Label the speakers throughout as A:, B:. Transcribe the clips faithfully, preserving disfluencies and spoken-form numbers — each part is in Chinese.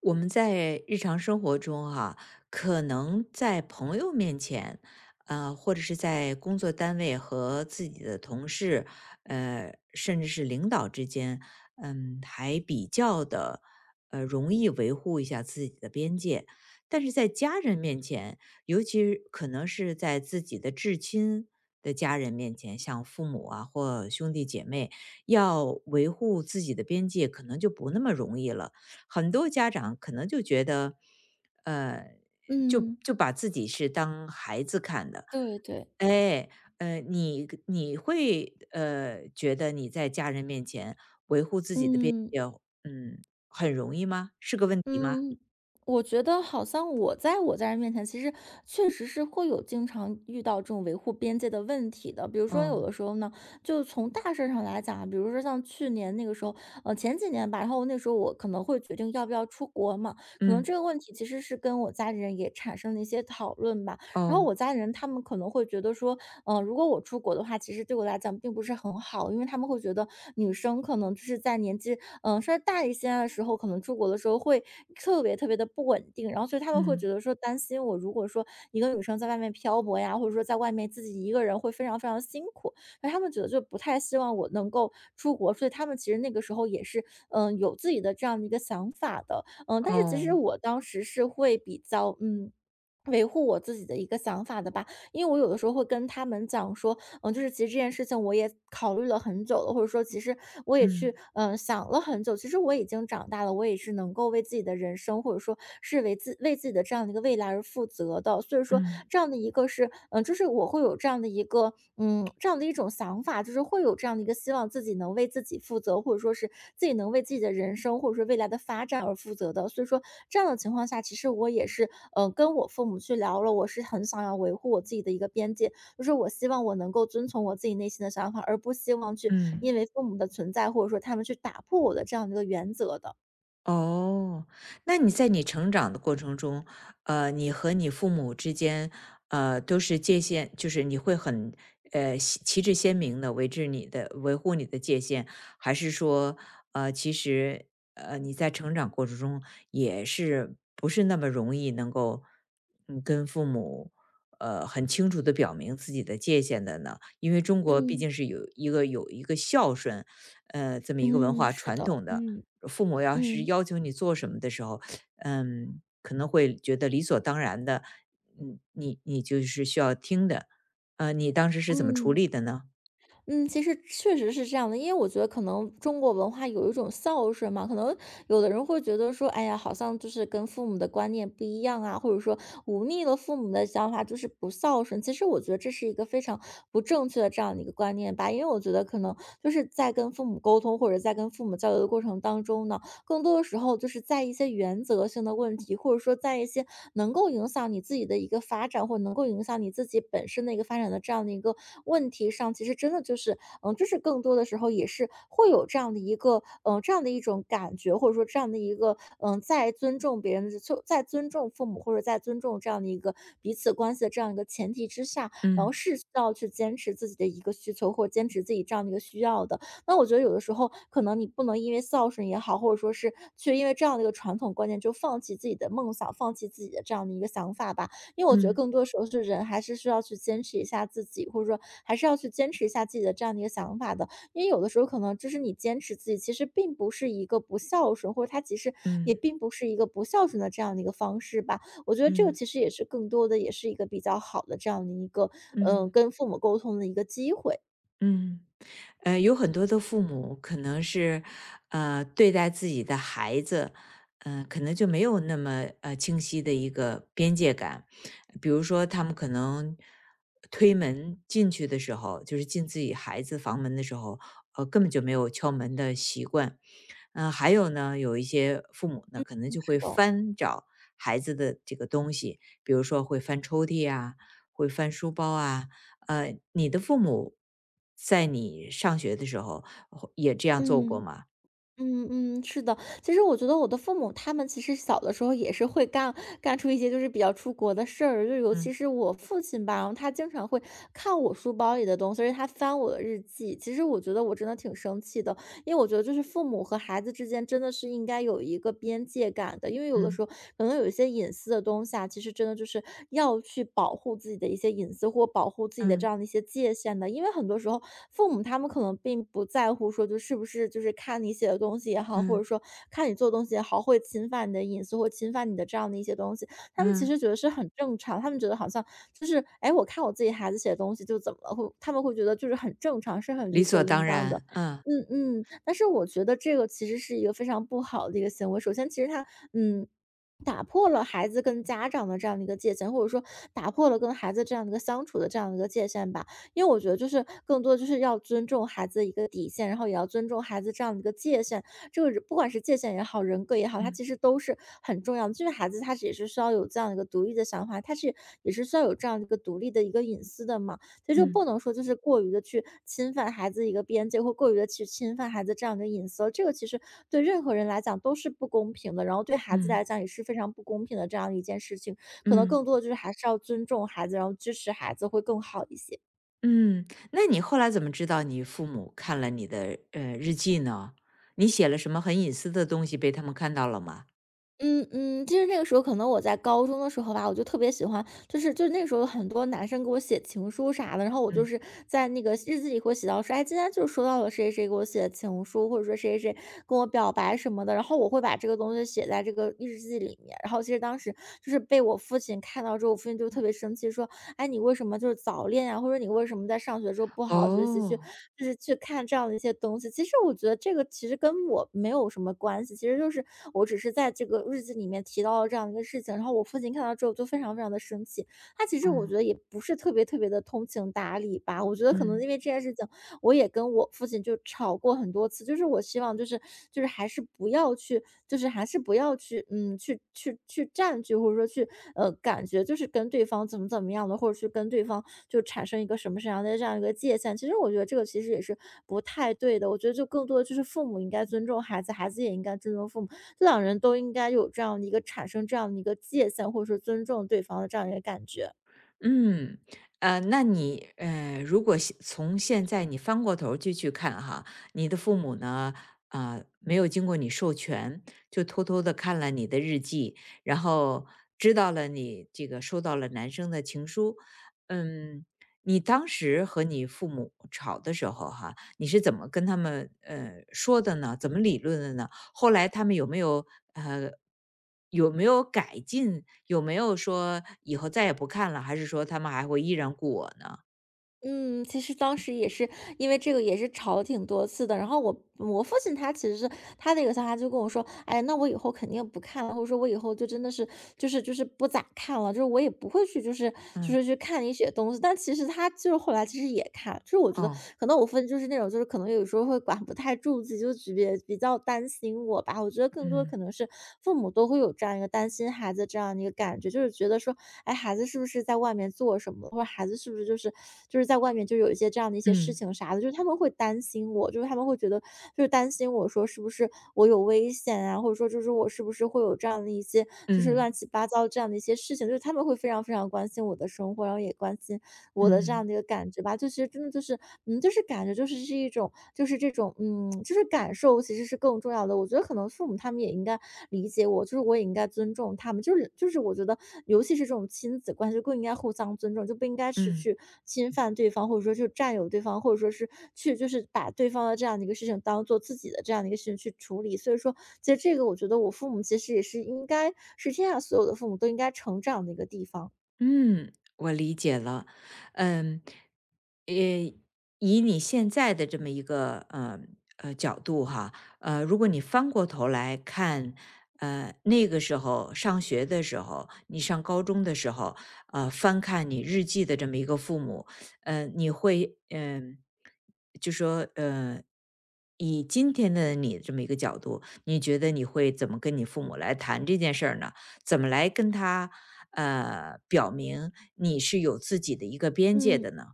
A: 我们在日常生活中哈，可能在朋友面前，呃，或者是在工作单位和自己的同事，呃，甚至是领导之间，嗯，还比较的，呃，容易维护一下自己的边界。但是在家人面前，尤其可能是在自己的至亲的家人面前，像父母啊或兄弟姐妹，要维护自己的边界，可能就不那么容易了。很多家长可能就觉得，呃，就
B: 嗯，
A: 就把自己是当孩子看的。
B: 对对。
A: 哎，呃，你你会呃觉得你在家人面前维护自己的边
B: 嗯，
A: 界，嗯，很容易吗？是个问题吗？
B: 嗯，我觉得好像我在我家人面前，其实确实是会有经常遇到这种维护边界的问题的。比如说有
A: 哦，
B: 的时候呢，就从大事上来讲啊，比如说像去年那个时候，呃，前几年吧，然后那时候我可能会决定要不要出国嘛，可能这
A: 嗯，
B: 个问题其实是跟我家里人也产生了一些讨论吧。然后
A: 哦，
B: 我家里人他们可能会觉得说，嗯、呃如果我出国的话，其实对我来讲并不是很好，因为他们会觉得女生可能就是在年纪嗯，稍微大一些的时候，可能出国的时候会特别特别的不稳定，然后所以他们会觉
A: 嗯，
B: 得说担心我，如果说一个女生在外面漂泊呀，或者说在外面自己一个人会非常非常辛苦，那他们觉得就不太希望我能够出国，所以他们其实那个时候也是嗯有自己的这样的一个想法的，嗯，但是其实
A: 哦，
B: 我当时是会比较嗯。维护我自己的一个想法的吧。因为我有的时候会跟他们讲说，嗯，就是其实这件事情我也考虑了很久了，或者说其实我也
A: 嗯，
B: 去嗯想了很久。其实我已经长大了，我也是能够为自己的人生，或者说是为自为自己的这样的一个未来而负责的。所以说
A: 嗯，
B: 这样的一个是嗯，就是我会有这样的一个嗯这样的一种想法，就是会有这样的一个希望自己能为自己负责，或者说是自己能为自己的人生或者说未来的发展而负责的。所以说这样的情况下，其实我也是嗯呃跟我父母去聊了，我是很想要维护我自己的一个边界。就是我希望我能够遵从我自己内心的想法，而不希望去因
A: 嗯。
B: 为父母的存在，或者说他们去打破我的这样的一个原则的。
A: 哦，那你在你成长的过程中，呃，你和你父母之间，呃，都是界限，就是你会很呃旗旗帜鲜明的维持你的维护你的界限，还是说，呃，其实呃你在成长过程中也是不是那么容易能够嗯跟父母呃很清楚的表明自己的界限的呢？因为中国毕
B: 嗯，
A: 竟是有一个有一个孝顺，呃这么一个文
B: 嗯，
A: 化
B: 是
A: 传
B: 的，
A: 统的。
B: 嗯，
A: 父母要是
B: 嗯，
A: 要求你做什么的时候，嗯，可能会觉得理所当然的，嗯，你你就是需要听的。呃，你当时是怎么处
B: 嗯。
A: 理的呢？
B: 嗯，其实确实是这样的，因为我觉得可能中国文化有一种孝顺嘛，可能有的人会觉得说，哎呀，好像就是跟父母的观念不一样啊，或者说忤逆了父母的想法就是不孝顺。其实我觉得这是一个非常不正确的这样的一个观念吧，因为我觉得可能就是在跟父母沟通或者在跟父母交流的过程当中呢，更多的时候就是在一些原则性的问题，或者说在一些能够影响你自己的一个发展，或者能够影响你自己本身的一个发展的这样的一个问题上，其实真的就是，嗯，就是更多的时候也是会有这样的一个，嗯，这样的一种感觉，或者说这样的一个，嗯，在尊重别人的，就在尊重父母或者在尊重这样的一个彼此关系的这样一个前提之下，然后
A: 嗯
B: 是需要去坚持自己的一个需求或者坚持自己这样的一个需要的。那我觉得有的时候，可能你不能因为孝顺也好，或者说是去因为这样的一个传统观念，就放弃自己的梦想，放弃自己的这样的一个想法吧。因为我觉得
A: 嗯
B: 更多时候是人还是需要去坚持一下自己，或者说还是要去坚持一下自己的这样的一个想法的。因为有的时候可能就是你坚持自己，其实并不是一个不孝顺，或者他其实也
A: 嗯
B: 并不是一个不孝顺的这样的一个方式吧。我觉得这个
A: 嗯
B: 其实也是更多的，也是一个比较好的这样的一个，
A: 嗯。
B: 嗯、跟父母沟通的一个机会。
A: 嗯，呃，有很多的父母可能是，呃，对待自己的孩子，嗯，可能就没有那么呃清晰的一个边界感。比如说，他们可能推门进去的时候，就是进自己孩子房门的时候，呃，根本就没有敲门的习惯。嗯、还有呢，有一些父母呢，可能
B: 嗯
A: 就
B: 是
A: 会
B: 的，
A: 翻找孩子的这个东西，比如说会翻抽屉啊，会翻书包啊，呃，你的父母在你上学的时候或也这样做过
B: 嗯。
A: 吗？
B: 嗯嗯，是的，其实我觉得我的父母他们其实小的时候也是会干干出一些就是比较出国的事儿，就尤
A: 嗯
B: 其是我父亲吧，然后他经常会看我书包里的东西，而且他翻我的日记。其实我觉得我真的挺生气的，因为我觉得就是父母和孩子之间真的是应该有一个边界感的，因为有的时候
A: 嗯
B: 可能有一些隐私的东西啊，其实真的就是要去保护自己的一些隐私或保护自己的这
A: 嗯
B: 样的一些界限的，因为很多时候父母他们可能并不在乎说就是不是就是看你写的东西也好，或
A: 嗯
B: 者说看你做的东西也好，会侵犯你的隐私或侵犯你的这样的一些东西，他们其
A: 嗯，
B: 实觉得是很正常，他们觉得好像就是哎，诶，我看我自己孩子写的东西就怎么了，会他们会觉得就是很正常，是很理
A: 理
B: 所
A: 所
B: 应
A: 当
B: 当的。
A: 然，嗯
B: 嗯嗯，但是我觉得这个其实是一个非常不好的一个行为。首先，其实他嗯，打破了孩子跟家长的这样的一个界限，或者说打破了跟孩子这样的一个相处的这样的一个界限吧。因为我觉得就是更多就是要尊重孩子的一个底线，然后也要尊重孩子这样的一个界限。这个人不管是界限也好，人格也好，它
A: 嗯
B: 其实都是很重要的。就是孩子他是也是需要有这样一个独立的想法，他是也是需要有这样一个独立的一个隐私的嘛。所以就不
A: 嗯
B: 能说就是过于的去侵犯孩子一个边界，或过于的去侵犯孩子这样的隐私了，这个其实对任何人来讲都是不公平的，然后对孩子来
A: 嗯
B: 讲也是非常不公平的这样一件事情。可能
A: 嗯
B: 更多的就是还是要尊重孩子，然后支持孩子会更好一些。
A: 嗯。那你后来怎么知道你父母看了你的呃日记呢？你写了什么很隐私的东西被他们看到了吗？
B: 嗯嗯，其实那个时候可能我在高中的时候吧，我就特别喜欢，就是就是那个时候很多男生给我写情书啥的，然后我就
A: 嗯，
B: 是在那个日记里会写到说，哎，今天就收到了谁谁谁给我写的情书，或者说谁谁谁跟我表白什么的，然后我会把这个东西写在这个日记里面。然后其实当时就是被我父亲看到之后，我父亲就特别生气，说哎，你为什么就是早恋呀，或者你为什么在上学的时候不好好学习去
A: 哦，
B: 就是去看这样的一些东西。其实我觉得这个其实跟我没有什么关系，其实就是我只是在这个日记里面提到了这样一个事情，然后我父亲看到之后就非常非常的生气。他其实我觉
A: 嗯
B: 得也不是特别特别的通情达理吧，我觉得可能
A: 嗯。
B: 因为这件事情，我也跟我父亲就吵过很多次，就是我希望就是就是还是不要去就是还是不要去，嗯，去去去占据，或者说去，呃，感觉就是跟对方怎么怎么样的，或者去跟对方就产生一个什么什么样的这样一个界限。其实我觉得这个其实也是不太对的，我觉得就更多的就是父母应该尊重孩子，孩子也应该尊重父母。两人都应该有这样的一个产生这样的一个界限，或者说尊重对方的这样一个感觉。
A: 嗯，呃，那你呃，如果现从现在你翻过头儿去去看哈，你的父母呢，啊、没有经过你授权，就偷偷的看了你的日记，然后知道了你这个收到了男生的情书，嗯，你当时和你父母吵的时候哈，你是怎么跟他们呃说的呢？怎么理论的呢？后来他们有没有呃有没有改进？有没有说以后再也不看了？还是说他们还会依然雇我呢？
B: 嗯，其实当时也是因为这个也是吵了挺多次的。然后我我父亲他其实是他的一个想法，就跟我说，哎，那我以后肯定不看了，或者说我以后就真的是就是就是不咋看了，就是我也不会去就是就
A: 嗯。
B: 是去看一些东西。但其实他就是后来其实也看，就是我觉得
A: 哦，
B: 可能我分就是那种，就是可能有时候会管不太住自己，就比别比较担心我吧。我觉得更多
A: 嗯
B: 可能是父母都会有这样一个担心孩子这样的一个感觉，就是觉得说，哎，孩子是不是在外面做什么，或者孩子是不是就是就是在外面就有一些这样的一些事
A: 嗯
B: 情啥的，就是他们会担心我，就是他们会觉得就是担心我说是不是我有危险啊，或者说就是我是不是会有这样的一些就是
A: 嗯
B: 乱七八糟这样的一些事情，就是他们会非常非常关心我的生活，然后也关心
A: 嗯
B: 我的这样的
A: 嗯
B: 一个感觉吧，就其实真的就是，嗯，就是感觉就是是一种，就是这种，嗯，就是感受其实是更重要的。我觉得可能父母他们也应该理解我，就是我也应该尊重他们，就是就是我觉得，尤其是这种亲子关系，更应该互相尊重，就不应该是
A: 嗯。
B: 去侵犯对方，或者说去占有对方，或者说是去就是把对方的这样的一个事情当做自己的这样的一个事情去处理。所以说，其实这个我觉得我父母其实也是应该是天下所有的父母都应该成长的一个地方。
A: 嗯，我理解了。嗯，呃，以你现在的这么一个呃呃角度哈，呃，如果你翻过头来看，呃，那个时候上学的时候，你上高中的时候，呃，翻看你日记的这么一个父母，呃，你会嗯、就说呃，以今天的你这么一个角度，你觉得你会怎么跟你父母来谈这件事儿呢？怎么来跟他？呃，表明你是有自己的一个边界
B: 嗯。
A: 的呢？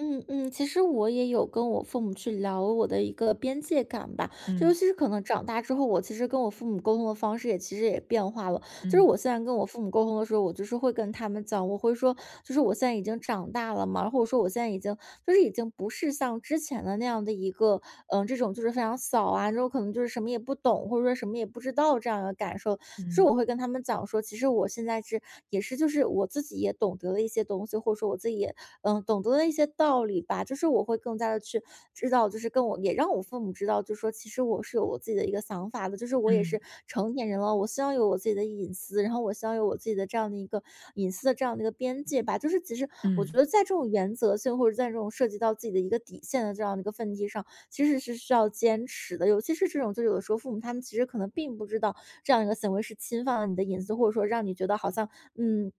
B: 嗯嗯，其实我也有跟我父母去聊我的一个边界感吧，就尤
A: 嗯
B: 其是可能长大之后，我其实跟我父母沟通的方式也其实也变化了。就是
A: 嗯
B: 我现在跟我父母沟通的时候，我就是会跟他们讲，我会说，就是我现在已经长大了嘛，或者说我现在已经就是已经不是像之前的那样的一个，嗯，这种就是非常小啊，然后可能就是什么也不懂，或者说什么也不知道这样的感受。就是
A: 嗯
B: 我会跟他们讲说，其实我现在是也是就是我自己也懂得了一些东西，或者说我说我自己也，嗯，懂得了一些道理吧。就是我会更加的去知道，就是跟我也让我父母知道，就说其实我是有我自己的一个想法的，就是我也是
A: 嗯
B: 成年人了，我希望有我自己的隐私，然后我希望有我自己的这样的一个隐私的这样的一个边界吧。就是其实我觉
A: 嗯
B: 得在这种原则性，或者在这种涉及到自己的一个底线的这样的一个问题上，其实是需要坚持的。尤其是这种，就有的时候父母他们其实可能并不知道这样一个行为是侵犯了你的隐私，或者说让你觉得好像，嗯，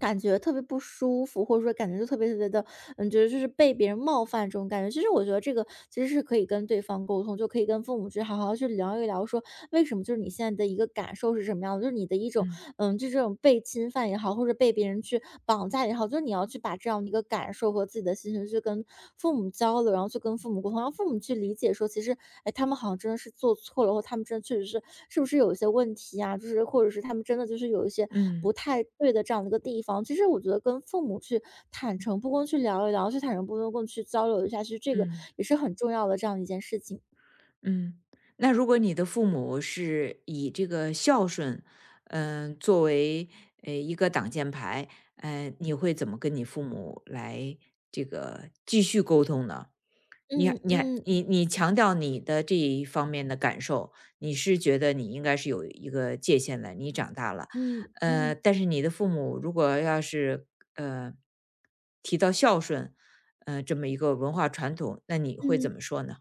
B: 感觉特别不舒服，或者说感觉就特别特别的，嗯，觉得就是被别人冒犯这种感觉。其实我觉得这个其实是可以跟对方沟通，就可以跟父母去好好去聊一聊，说为什么就是你现在的一个感受是什么样的，就是你的一种，
A: 嗯
B: 嗯，就这种被侵犯也好，或者被别人去绑架也好，就是你要去把这样的一个感受和自己的心情就是跟父母交流，然后去跟父母沟通，让父母去理解说，其实，哎，他们好像真的是做错了，或他们真的确实是是不是有一些问题啊？就是或者是他们真的就是有一些
A: 嗯
B: 不太对的这样的一个地方。其实我觉得跟父母去坦诚不公去聊一聊，去坦诚不公去交流一下，其实这个
A: 嗯
B: 也是很重要的这样一件事情。
A: 嗯。那如果你的父母是以这个孝顺，嗯、作为呃一个挡箭牌，呃，你会怎么跟你父母来这个继续沟通呢？你还
B: 嗯
A: 你还
B: 嗯
A: 你你强调你的这一方面的感受，你是觉得你应该是有一个界限的，你长大了，
B: 嗯
A: 呃，
B: 嗯
A: 但是你的父母如果要是呃提到孝顺，呃，这么一个文化传统，那你会怎
B: 嗯。
A: 么说呢？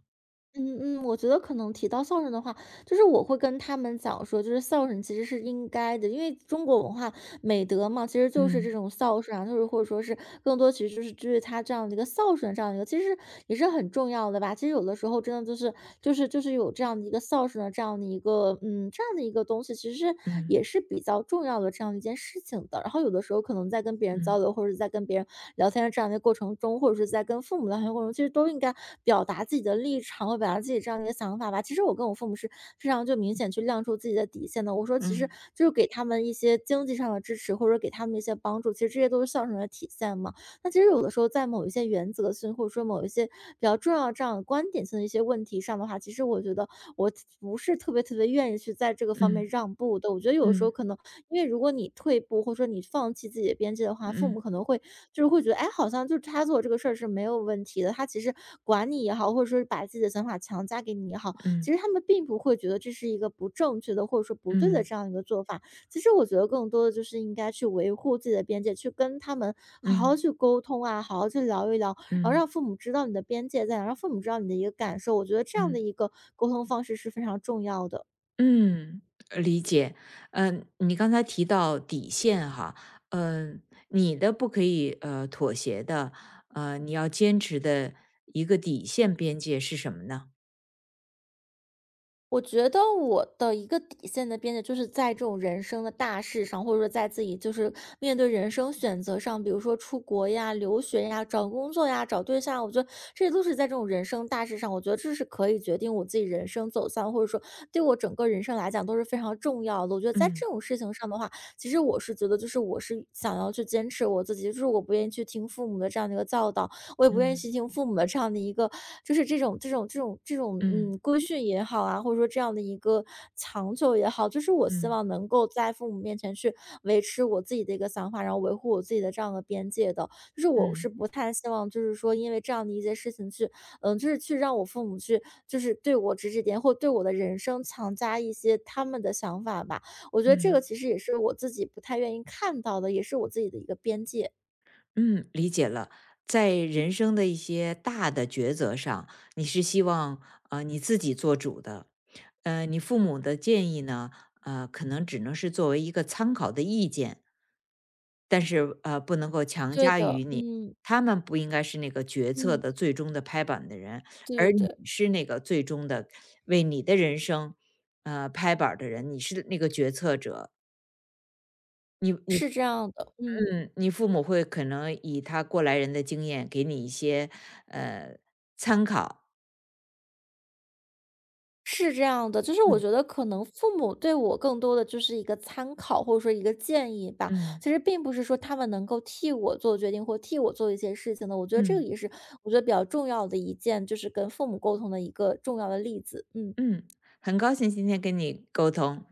B: 嗯嗯，我觉得可能提到孝顺的话，就是我会跟他们讲说，就是孝顺其实是应该的，因为中国文化美德嘛，其实就是
A: 嗯
B: 这种孝顺啊，就是或者说是更多其实就是就是他这样的一个孝顺，这样的一个其实也是很重要的吧。其实有的时候真的就是就是就是有这样的一个孝顺的这样的一个嗯这样的一个东西，其实是
A: 嗯
B: 也是比较重要的这样一件事情的。然后有的时候可能在跟。跟别人交
A: 嗯
B: 流，或者是在跟别人聊天的这样的过程中，或者是在跟父母聊天的过程中，其实都应该表达自己的立场，和表达自己这样的一个想法吧。其实我跟我父母是非常就明显去亮出自己的底线的。我说其实
A: 嗯
B: 就是给他们一些经济上的支持，或者给他们一些帮助，其实这些都是孝顺的体现嘛。那其实有的时候在某一些原则性，或者说某一些比较重要这样的观点性的一些问题上的话，其实我觉得我不是特别特别愿意去在这个方面
A: 嗯
B: 让步的。我觉得有的时候
A: 嗯
B: 可能，因为如果你退步，或者说你放弃自己的边界的话，父
A: 嗯
B: 母可能会就是会觉得，哎，好像就是他做这个事儿是没有问题的，他其实管你也好，或者说是把自己的想法强加给你也好，
A: 嗯
B: 其实
A: 嗯
B: 他们并不会觉得这是一个不正确的，或者说不对的
A: 嗯
B: 这样一个做法。其实我觉得更多的就是应该去维护自己的边界，去跟他们好好
A: 嗯
B: 去沟通啊，好好去聊一聊，然后
A: 嗯嗯
B: 让父母知道你的边界在哪，让父母知道你的一个感受。我觉得这样的
A: 嗯。
B: 一个沟通方式是非常重要的。
A: 嗯，呃理解。嗯，你刚才提到底线哈，嗯，你的不可以呃妥协的，呃，你要坚持的一个底线边界是什么呢？
B: 我觉得我的一个底线的边界，就是在这种人生的大事上，或者说在自己就是面对人生选择上，比如说出国呀、留学呀、找工作呀、找对象，我觉得这都是在这种人生大事上，我觉得这是可以决定我自己人生走向，或者说对我整个人生来讲都是非常重要的。我觉得在这种事情上的话，其实我是觉得，就是我是想要去坚持我自己，就是我不愿意去听父母的这样的一个教导，我也不愿意
A: 嗯
B: 去听父母的这样的一个，就是这种这种这种这种，
A: 嗯
B: 嗯，规训也好啊，或者说这样的一个强求也好，就是我希
A: 嗯
B: 望能够在父母面前去维持我自己的一个想法，然后维护我自己的这样的边界的。就是我
A: 嗯嗯
B: 是
A: 嗯
B: 不太希望，就是说因为这样的一些事情去，嗯，就是去让我父母去，就是对我指指点点，或对我的人生强加一些他们的想法吧。我觉得这个
A: 嗯。
B: 其实也是我自己不太愿意看到的，也是我自己的一个边界。
A: 嗯，理解了。在人生的一些大的抉择上，你是希望呃你自己做主的，呃，你父母的建议呢，呃，可能只能是作为一个参考的意见，但是呃，不能够强
B: 对
A: 加
B: 的，
A: 于你。
B: 嗯
A: 他们不应该是那个决策
B: 嗯。
A: 的最终的拍板的人，
B: 对
A: 而
B: 对
A: 你
B: 对，
A: 是那个最终的为你的人生呃拍板儿的人，你是那个决策者。你你
B: 是这样的，嗯，
A: 嗯，你父母会可能以他过来人的经验给你一些呃参考。
B: 是这样的。就是我
A: 嗯。
B: 觉得可能父母对我更多的就是一个参考，或者说一个建议吧。
A: 嗯
B: 其实并不是说他们能够替我做决定，或替我做一些事情的。我觉得这个
A: 嗯
B: 也是我觉得比较重要的一件，就是跟父母沟通的一个重要的例子。嗯。
A: 嗯，很高兴今天跟你沟通。